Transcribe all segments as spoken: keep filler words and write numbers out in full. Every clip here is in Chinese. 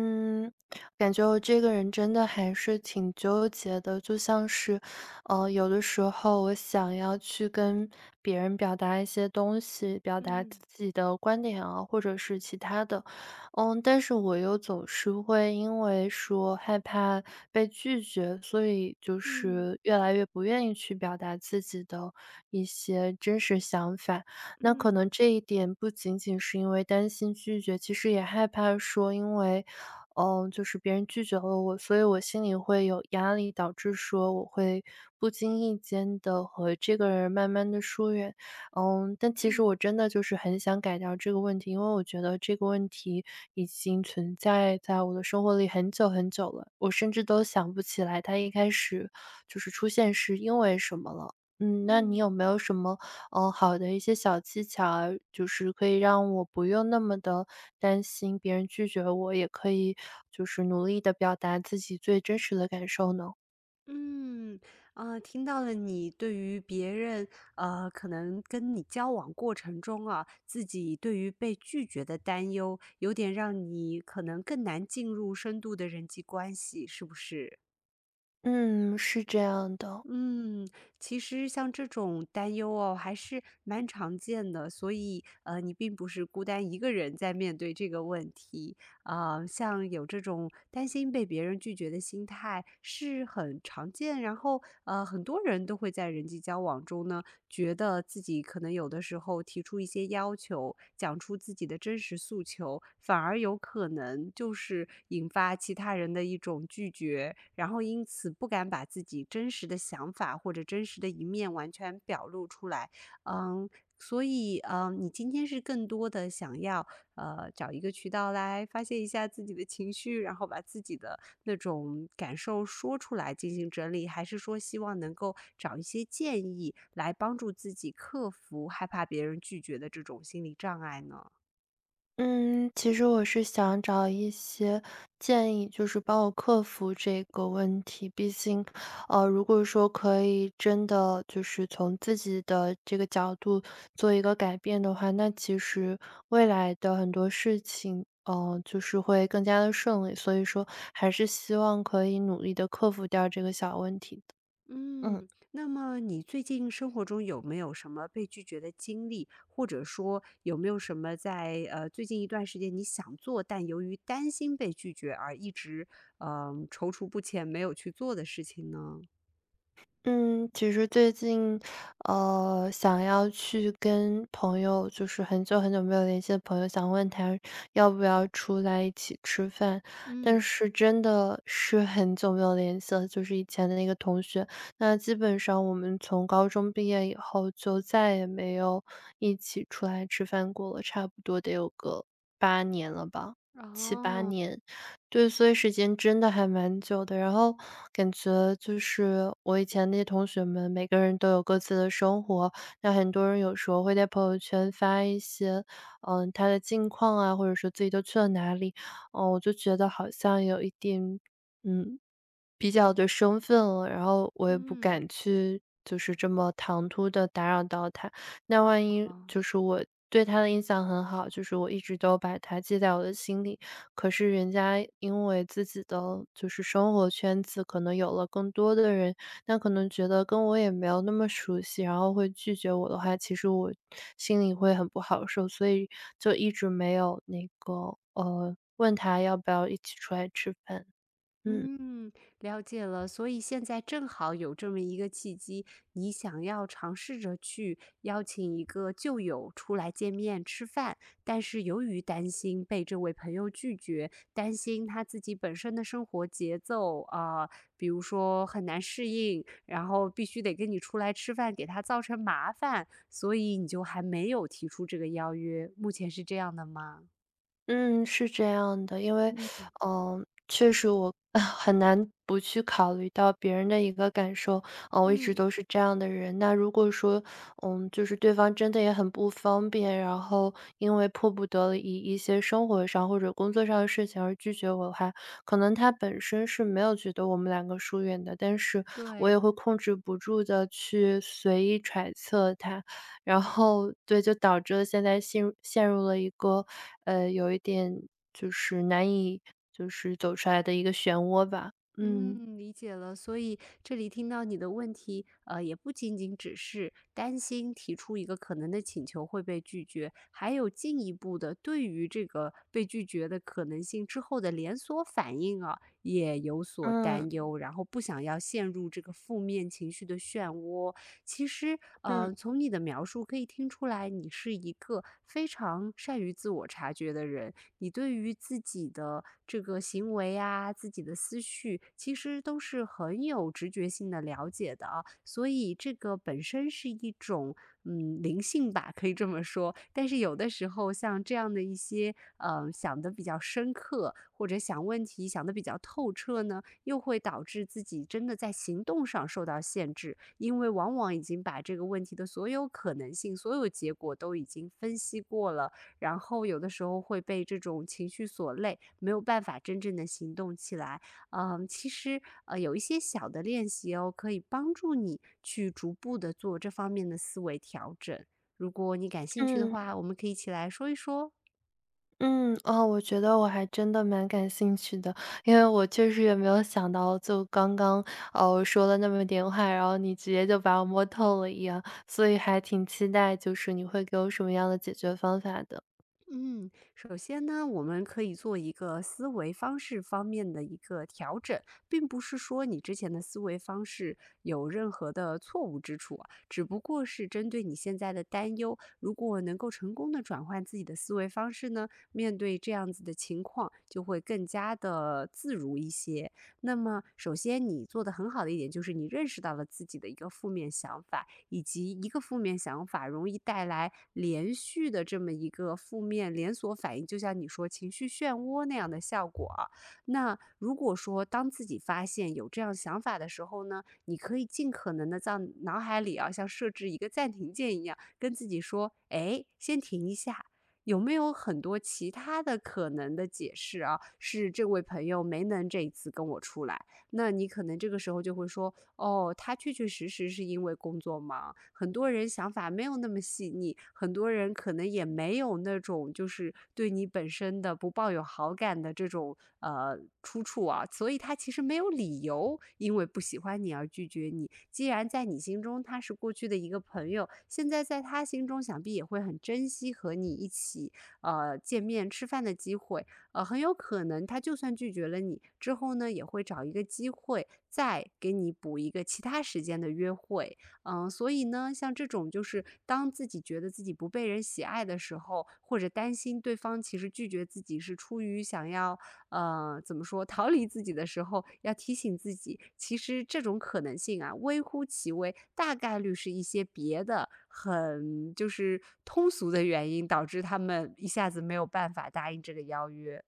嗯，感觉我这个人真的还是挺纠结的，就像是，呃，有的时候我想要去跟别人表达一些东西，表达嗯自己的观点啊，或者是其他的，嗯，但是我又总是会因为说害怕被拒绝，所以就嗯是越来越不愿意去表达自己的一些真实想法。那可嗯能这一点不仅仅是因为担心拒绝，其实也害怕说，因为，嗯，就是别人拒绝了我，所以我心里会有压力，导致说我会不经意间的和这个人慢慢的疏远。嗯，但其实嗯我真的就是很想改掉这个问题，因为我觉得这个问题已经存在在我的生活里很久很久了，我甚至都想不起来它一开始就是出现是因为什么了。嗯，那你有嗯没有什么呃，好的一些小技巧啊，就是可以让我不用那么的担心别人拒绝我，也可以就是努力的表达自己最真实的感受呢？嗯，啊，听到了你对于别人，呃，可能跟你交往过程中啊，自己对于被拒绝的担忧，有点让你可能更难进入深度的人际关系，是不是？嗯，是这样的。嗯，其实像这种担忧哦，还是蛮常见的，所以呃，你并不是孤单一个人在面对这个问题。啊，像有这种担心被别人拒绝的心态是很常见，然后呃，很多人都会在人际交往中呢，觉得自己可能有的时候提出一些要求，讲出自己的真实诉求，反而有可能就是引发其他人的一种拒绝，然后因此不敢把自己真实的想法或者真实的一面完全表露出来，嗯。所以，嗯，你今天是更多的想要呃，找一个渠道来发泄一下自己的情绪，然后把自己的那种感受说出来进行整理，还是说希望能够找一些建议来帮助自己克服害怕别人拒绝的这种心理障碍呢？嗯，其实我是想找一些建议，就是帮我克服这个问题。毕竟，呃，如果说可以真的就是从自己的这个角度做一个改变的话，那其实未来的很多事情，呃，就是会更加的顺利。所以说，还是希望可以努力的克服掉这个小问题的。嗯，嗯。那么你最近生活中有没有什么被拒绝的经历，或者说有没有什么在呃最近一段时间你想做，但由于担心被拒绝而一直嗯、呃踌躇不前没有去做的事情呢？嗯，其实最近，呃，想要去跟朋友，就是很久很久没有联系的朋友，想问他要不要出来一起吃饭，但嗯是真的是很久没有联系了，就是以前的那个同学。那基本上我们从高中毕业以后，就再也没有一起出来吃饭过了，差不多得有个八年了吧，七八哦，年。对，所以时间真的还蛮久的。然后感觉就是我以前那些同学们，每个人都有各自的生活。那很多人有时候会在朋友圈发一些，嗯，他的近况啊，或者说自己都去了哪里。嗯，我就觉得好像有一点，嗯，比较的生分了，然后我也不嗯，敢去就是这么唐突的打扰到他。那啊，万一就是我对他的印象很好，就是我一直都把他记在我的心里，可是人家因为自己的就是生活圈子可能有了更多的人，那可能觉得跟我也没有那么熟悉，然后会拒绝我的话，其实我心里会很不好受，所以就一直没有那个，呃，问他要不要一起出来吃饭，嗯。嗯，了解了。所以现在正好有这么一个契机，你想要尝试着去邀请一个旧友出来见面吃饭，但是由于担心被这位朋友拒绝，担心他自己本身的生活节奏啊，比如说很难适应，然后必须得跟你出来吃饭，给他造成麻烦，所以你就还没有提出这个邀约。目前是这样的吗？嗯，是这样的，因为，嗯嗯，确实我 很难不去考虑到别人的一个感受，嗯，我一直嗯。都是这样的人。那如果说，嗯，就是对方真的也很不方便，然后因为迫不得已一些生活上或者工作上的事情而拒绝我的话，可能他本身是没有觉得我们两个疏远的，但是我对，也会控制不住的去随意揣测他，然后对，就导致了现在陷入陷入了一个，呃，有一点就是难以就是走出来的一个漩涡吧，嗯。嗯，理解了。所以这里听到你的问题，呃，也不仅仅只是担心提出一个可能的请求会被拒绝，还有进一步的对于这个被拒绝的可能性之后的连锁反应啊，也有所嗯，担忧，然后不想要陷入这个负面情绪的漩涡，其实，嗯，呃，从你的描述可以听出来，你是一个非常善于自我察觉的人。你对于自己的这个行为啊，自己的思绪，其实都是很有直觉性的了解的啊。所以，这个本身是一种嗯灵性吧，可以这么说。但是有的时候，像这样的一些，嗯，想的比较深刻，或者想问题想的比较透彻呢。又会导致自己真的在行动上受到限制，因为往往已经把这个问题的所有可能性、所有结果都已经分析过了，然后有的时候会被这种情绪所累，没有办法真正的行动起来。嗯，其实呃有一些小的练习哦，可以帮助你去逐步的做这方面的思维调整。如果你感兴趣的嗯。话，我们可以一起来说一说。嗯，哦，我觉得我还真的蛮感兴趣的，因为我确实也没有想到，就刚刚，哦说了那么点话，然后你直接就把我摸透了一样，所以还挺期待就是你会给我什么样的解决方法的。嗯，首先呢，我们可以做一个思维方式方面的一个调整，并不是说你之前的思维方式有任何的错误之处啊只不过是针对你现在的担忧，如果能够成功的转换自己的思维方式呢，面对这样子的情况就会更加的自如一些。那么，首先你做的很好的一点就是你认识到了自己的一个负面想法，以及一个负面想法容易带来连续的这么一个负面连锁反应，就像你说情绪漩涡那样的效果啊。那如果说当自己发现有这样想法的时候呢，你可以尽可能的在脑海里啊，像设置一个暂停键一样，跟自己说：“哎，先停一下。”有没有很多其他的可能的解释啊？是这位朋友没能这一次跟我出来，那你可能这个时候就会说：哦，他确确实实是因为工作忙，很多人想法没有那么细腻，很多人可能也没有那种就是对你本身的不抱有好感的这种呃出处啊，所以他其实没有理由因为不喜欢你而拒绝你。既然在你心中他是过去的一个朋友，现在在他心中想必也会很珍惜和你一起呃见面吃饭的机会，呃，很有可能他就算拒绝了你之后呢，也会找一个机会再给你补一个其他时间的约会。嗯，所以呢，像这种就是当自己觉得自己不被人喜爱的时候，或者担心对方其实拒绝自己是出于想要呃怎么说逃离自己的时候，要提醒自己，其实这种可能性啊微乎其微，大概率是一些别的很就是通俗的原因导致他们一下子没有办法答应这个邀约。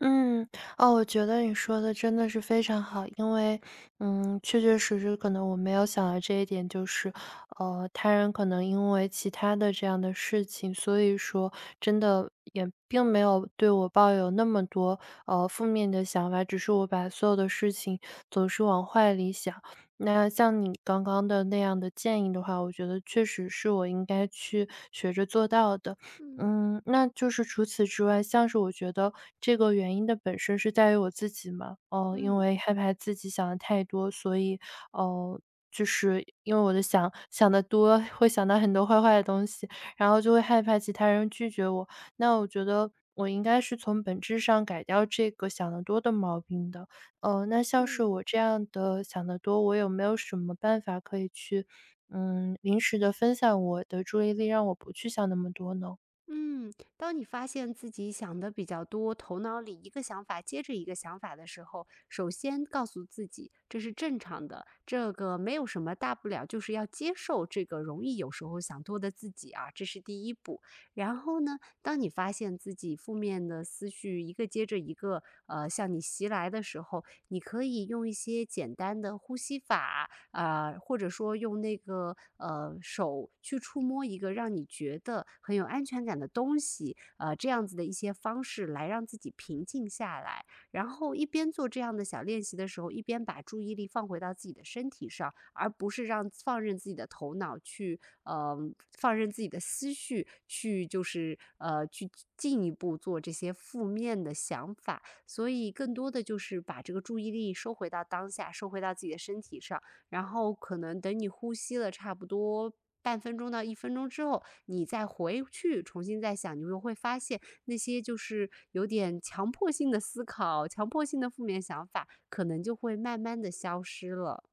嗯，哦，我觉得你说的真的是非常好，因为，嗯，确确实实可能我没有想到这一点，就是，呃，他人可能因为其他的这样的事情，所以说真的也并没有对我抱有那么多呃负面的想法，只是我把所有的事情总是往坏里想。那像你刚刚的那样的建议的话，我觉得确实是我应该去学着做到的。嗯嗯，那就是除此之外，像是我觉得这个原因的本身是在于我自己嘛，哦，因嗯为害怕自己想的太多，所以，哦，就是因为我的想想的多，会想到很多坏坏的东西，然后就会害怕其他人拒绝我。那我觉得我应该是从本质上改掉这个想得多的毛病的。呃，那像是嗯我这样的想得多，我有没有什么办法可以去，嗯，临时的分散我的注意力，让我不去想那么多呢？嗯，当你发现自己想的比较多，头脑里一个想法接着一个想法的时候，首先告诉自己这是正常的，这个没有什么大不了，就是要接受这个容易有时候想多的自己啊，这是第一步。然后呢，当你发现自己负面的思绪一个接着一个，呃，向你袭来的时候，你可以用一些简单的呼吸法啊、或者说用那个呃手去触摸一个让你觉得很有安全感的东西，呃，这样子的一些方式来让自己平静下来。然后一边做这样的小练习的时候，一边把注意力放回到自己的身体上，而不是让放任自己的头脑去，呃，放任自己的思绪去，就是呃，去进一步做这些负面的想法。所以更多的就是把这个注意力收回到当下，收回到自己的身体上。然后可能等你呼吸了差不多半分钟到一分钟之后，你再回去重新再想，你就会发现那些就是有点强迫性的思考、强迫性的负面想法，可能就会慢慢的消失了。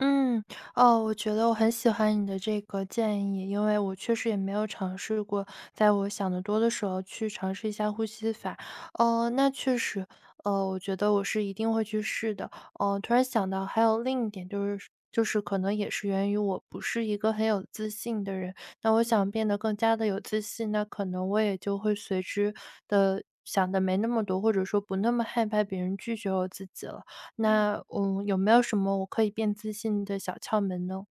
嗯，哦，我觉得我很喜欢你的这个建议，因为我确实也没有尝试过，在我想得多的时候去尝试一下呼吸法。哦，那确实，呃，我觉得我是一定会去试的。哦，突然想到还有另一点就是就是可能也是源于我不是一个很有自信的人，那我嗯，想变得更加的有自信，那可能我也就会随之的想的没那么多，或者说不那么害怕别人拒绝我自己了。嗯。那，嗯，有没有什么我可以变自信的小窍门呢？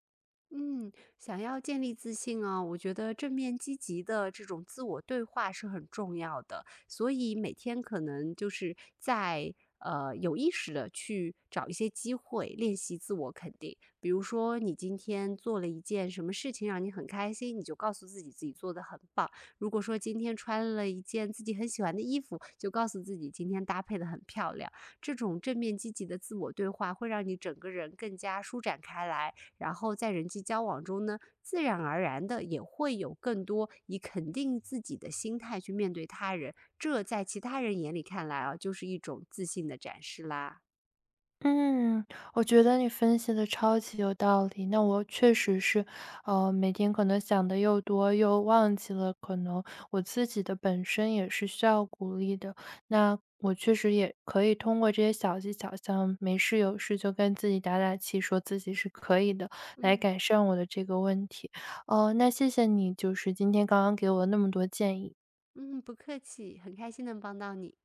嗯，想要建立自信啊，我觉得正面积极的这种自我对话是很重要的。所以每天可能就是在呃有意识的去找一些机会练习自我肯定。比如说，你今天做了一件什么事情让你很开心，你就告诉自己自己做的很棒。如果说今天穿了一件自己很喜欢的衣服，就告诉自己今天搭配的很漂亮。这种正面积极的自我对话会让你整个人更加舒展开来，然后在人际交往中呢，自然而然的也会有更多以肯定自己的心态去面对他人，这在其他人眼里看来啊，就是一种自信的展示啦。嗯，我觉得你分析的超级有道理。那我确实是，呃，每天可能想的又多，又忘记了，可能我自己的本身也是需要鼓励的。那我确实也可以通过这些小技巧，像没事有事就跟自己打打气，说自己是可以的，来嗯。改善我的这个问题。哦，那谢谢你，就是今天刚刚给我那么多建议。嗯，不客气，很开心能帮到你。